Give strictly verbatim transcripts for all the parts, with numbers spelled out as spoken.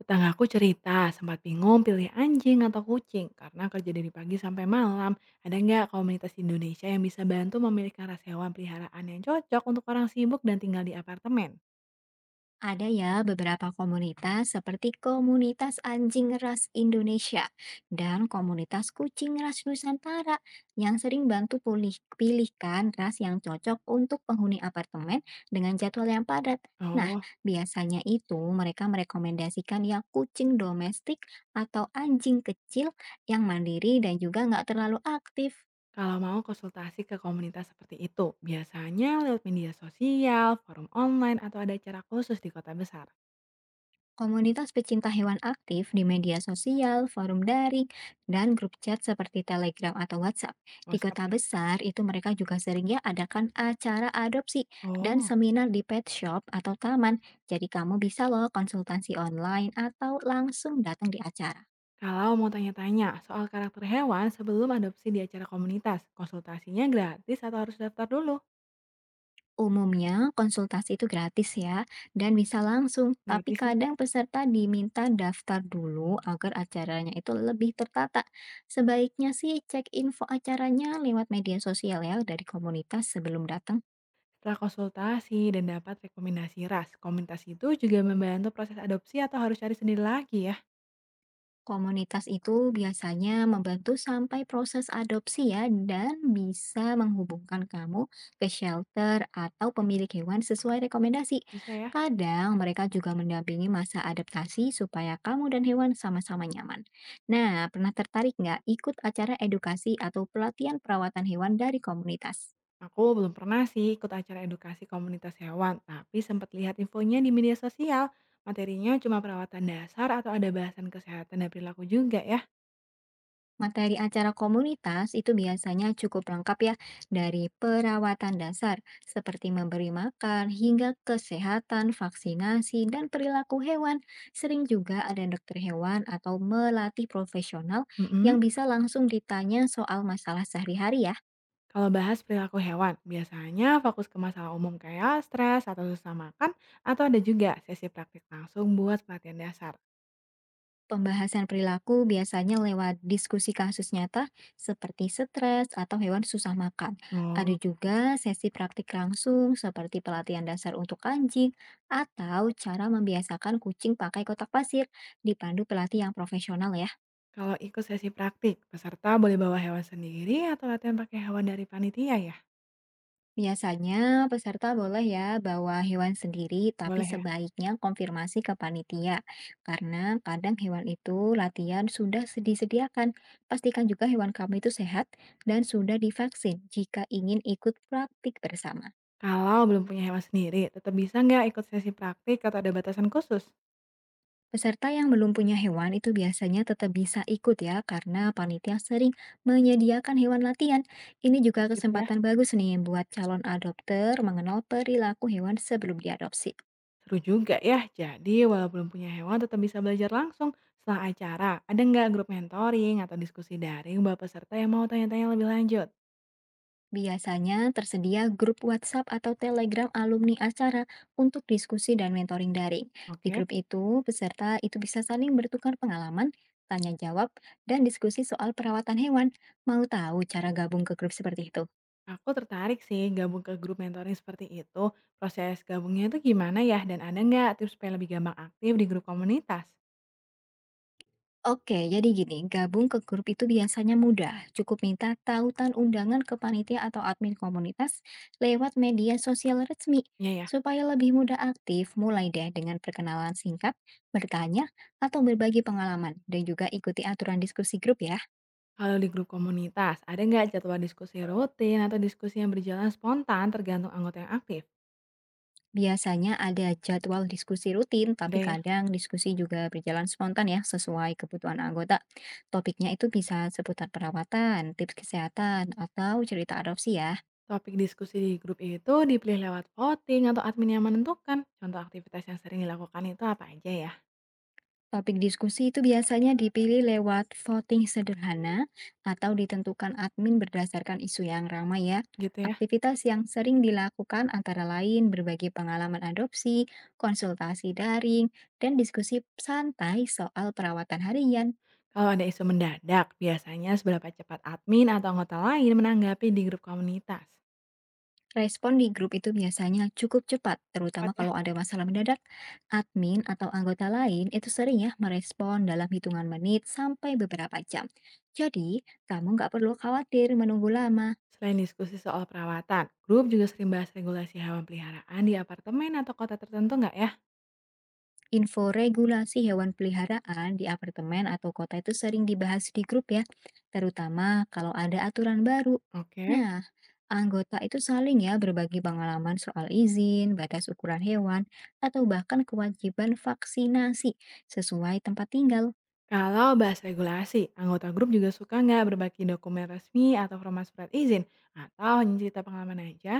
Tetanggaku cerita, sempat bingung pilih anjing atau kucing karena kerja dari pagi sampai malam. Ada nggak komunitas Indonesia yang bisa bantu memilihkan ras hewan peliharaan yang cocok untuk orang sibuk dan tinggal di apartemen? Ada ya beberapa komunitas seperti komunitas anjing ras Indonesia dan komunitas kucing ras Nusantara yang sering bantu pulih, pilihkan ras yang cocok untuk penghuni apartemen dengan jadwal yang padat. Nah, Oh, biasanya itu mereka merekomendasikan yang kucing domestik atau anjing kecil yang mandiri dan juga nggak terlalu aktif. kalau mau konsultasi ke komunitas seperti itu, biasanya lewat media sosial, forum online, atau ada acara khusus di kota besar. Komunitas pecinta hewan aktif di media sosial, forum daring, dan grup chat seperti Telegram atau WhatsApp. Di WhatsApp kota ya? besar itu mereka juga seringnya adakan acara adopsi dan Oh, seminar di pet shop atau taman. Jadi kamu bisa loh konsultasi online atau langsung datang di acara. kalau mau tanya-tanya soal karakter hewan sebelum adopsi di acara komunitas, konsultasinya gratis atau harus daftar dulu? Umumnya, konsultasi itu gratis ya, dan bisa langsung, tapi Gratis ya? kadang peserta diminta daftar dulu agar acaranya itu lebih tertata. Sebaiknya sih cek info acaranya lewat media sosial ya dari komunitas sebelum datang. Setelah konsultasi dan dapat rekomendasi ras, komunitas itu juga membantu proses adopsi atau harus cari sendiri lagi ya? Komunitas itu biasanya membantu sampai proses adopsi ya dan bisa menghubungkan kamu ke shelter atau pemilik hewan sesuai rekomendasi. Bisa ya? Kadang mereka juga mendampingi masa adaptasi supaya kamu dan hewan sama-sama nyaman. Nah, pernah tertarik nggak ikut acara edukasi atau pelatihan perawatan hewan dari komunitas? Aku belum pernah sih ikut acara edukasi komunitas hewan, tapi sempat lihat infonya di media sosial. Materinya cuma perawatan dasar atau ada bahasan kesehatan dan perilaku juga ya? Materi acara komunitas itu biasanya cukup lengkap ya, dari perawatan dasar seperti memberi makan hingga kesehatan, vaksinasi, dan perilaku hewan. Sering juga ada dokter hewan atau melatih profesional Mm-mm. yang bisa langsung ditanya soal masalah sehari-hari ya. Kalau bahas perilaku hewan, biasanya fokus ke masalah umum kayak stres atau susah makan, atau ada juga sesi praktik langsung buat pelatihan dasar. Pembahasan perilaku biasanya lewat diskusi kasus nyata seperti stres atau hewan susah makan. Oh, Ada juga sesi praktik langsung seperti pelatihan dasar untuk anjing atau cara membiasakan kucing pakai kotak pasir dipandu pelatih yang profesional ya. kalau ikut sesi praktik, peserta boleh bawa hewan sendiri atau latihan pakai hewan dari panitia ya? Biasanya peserta boleh ya bawa hewan sendiri, tapi Boleh ya? sebaiknya konfirmasi ke panitia karena kadang hewan itu latihan sudah disediakan. Pastikan juga hewan kamu itu sehat dan sudah divaksin jika ingin ikut praktik bersama. Kalau belum punya hewan sendiri, tetap bisa nggak ikut sesi praktik atau ada batasan khusus? Peserta yang belum punya hewan itu biasanya tetap bisa ikut ya karena panitia sering menyediakan hewan latihan. Ini juga Gitu ya. kesempatan bagus nih buat calon adopter mengenal perilaku hewan sebelum diadopsi. Seru juga ya, jadi walau belum punya hewan tetap bisa belajar langsung. Setelah acara, ada nggak grup mentoring atau diskusi daring buat peserta yang mau tanya-tanya lebih lanjut? Biasanya tersedia grup WhatsApp atau Telegram alumni acara untuk diskusi dan mentoring daring. Di Oke. grup itu, peserta itu bisa saling bertukar pengalaman, tanya jawab, dan diskusi soal perawatan hewan. Mau tahu cara gabung ke grup seperti itu? Aku tertarik sih gabung ke grup mentoring seperti itu. Proses gabungnya itu gimana ya? Dan ada nggak tips supaya lebih gampang aktif di grup komunitas? Oke, jadi gini, gabung ke grup itu biasanya mudah. Cukup minta tautan undangan ke panitia atau admin komunitas lewat media sosial resmi. Iya ya, Supaya lebih mudah aktif, mulai deh dengan perkenalan singkat, bertanya, atau berbagi pengalaman, dan juga ikuti aturan diskusi grup ya. kalau di grup komunitas, ada nggak jadwal diskusi rutin atau diskusi yang berjalan spontan tergantung anggota yang aktif? Biasanya ada jadwal diskusi rutin, Ada tapi ya. kadang diskusi juga berjalan spontan ya, sesuai kebutuhan anggota. Topiknya itu bisa seputar perawatan, tips kesehatan, atau cerita adopsi ya. Topik diskusi di grup itu dipilih lewat voting atau admin yang menentukan. Contoh aktivitas yang sering dilakukan itu apa aja ya? Topik diskusi itu biasanya dipilih lewat voting sederhana atau ditentukan admin berdasarkan isu yang ramai ya. Gitu ya. Aktivitas yang sering dilakukan antara lain berbagi pengalaman adopsi, konsultasi daring, dan diskusi santai soal perawatan harian. Kalau ada isu mendadak, biasanya seberapa cepat admin atau anggota lain menanggapi di grup komunitas? Respon di grup itu biasanya cukup cepat, terutama Cepat ya. kalau ada masalah mendadak. Admin atau anggota lain itu sering ya merespon dalam hitungan menit sampai beberapa jam. Jadi, kamu nggak perlu khawatir menunggu lama. Selain diskusi soal perawatan, grup juga sering bahas regulasi hewan peliharaan di apartemen atau kota tertentu nggak ya? Info regulasi hewan peliharaan di apartemen atau kota itu sering dibahas di grup ya, terutama kalau ada aturan baru. Oke. Nah, anggota itu saling ya berbagi pengalaman soal izin, batas ukuran hewan, atau bahkan kewajiban vaksinasi sesuai tempat tinggal. Kalau bahas regulasi, anggota grup juga suka nggak berbagi dokumen resmi atau format surat izin? Atau hanya cerita pengalaman aja?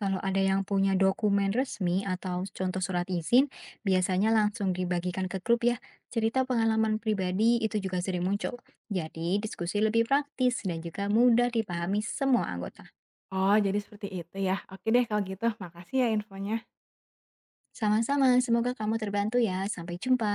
Kalau ada yang punya dokumen resmi atau contoh surat izin, biasanya langsung dibagikan ke grup ya. Cerita pengalaman pribadi itu juga sering muncul. Jadi, diskusi lebih praktis dan juga mudah dipahami semua anggota. Oh, jadi seperti itu ya. Oke deh kalau gitu, makasih ya infonya. Sama-sama, semoga kamu terbantu ya. Sampai jumpa.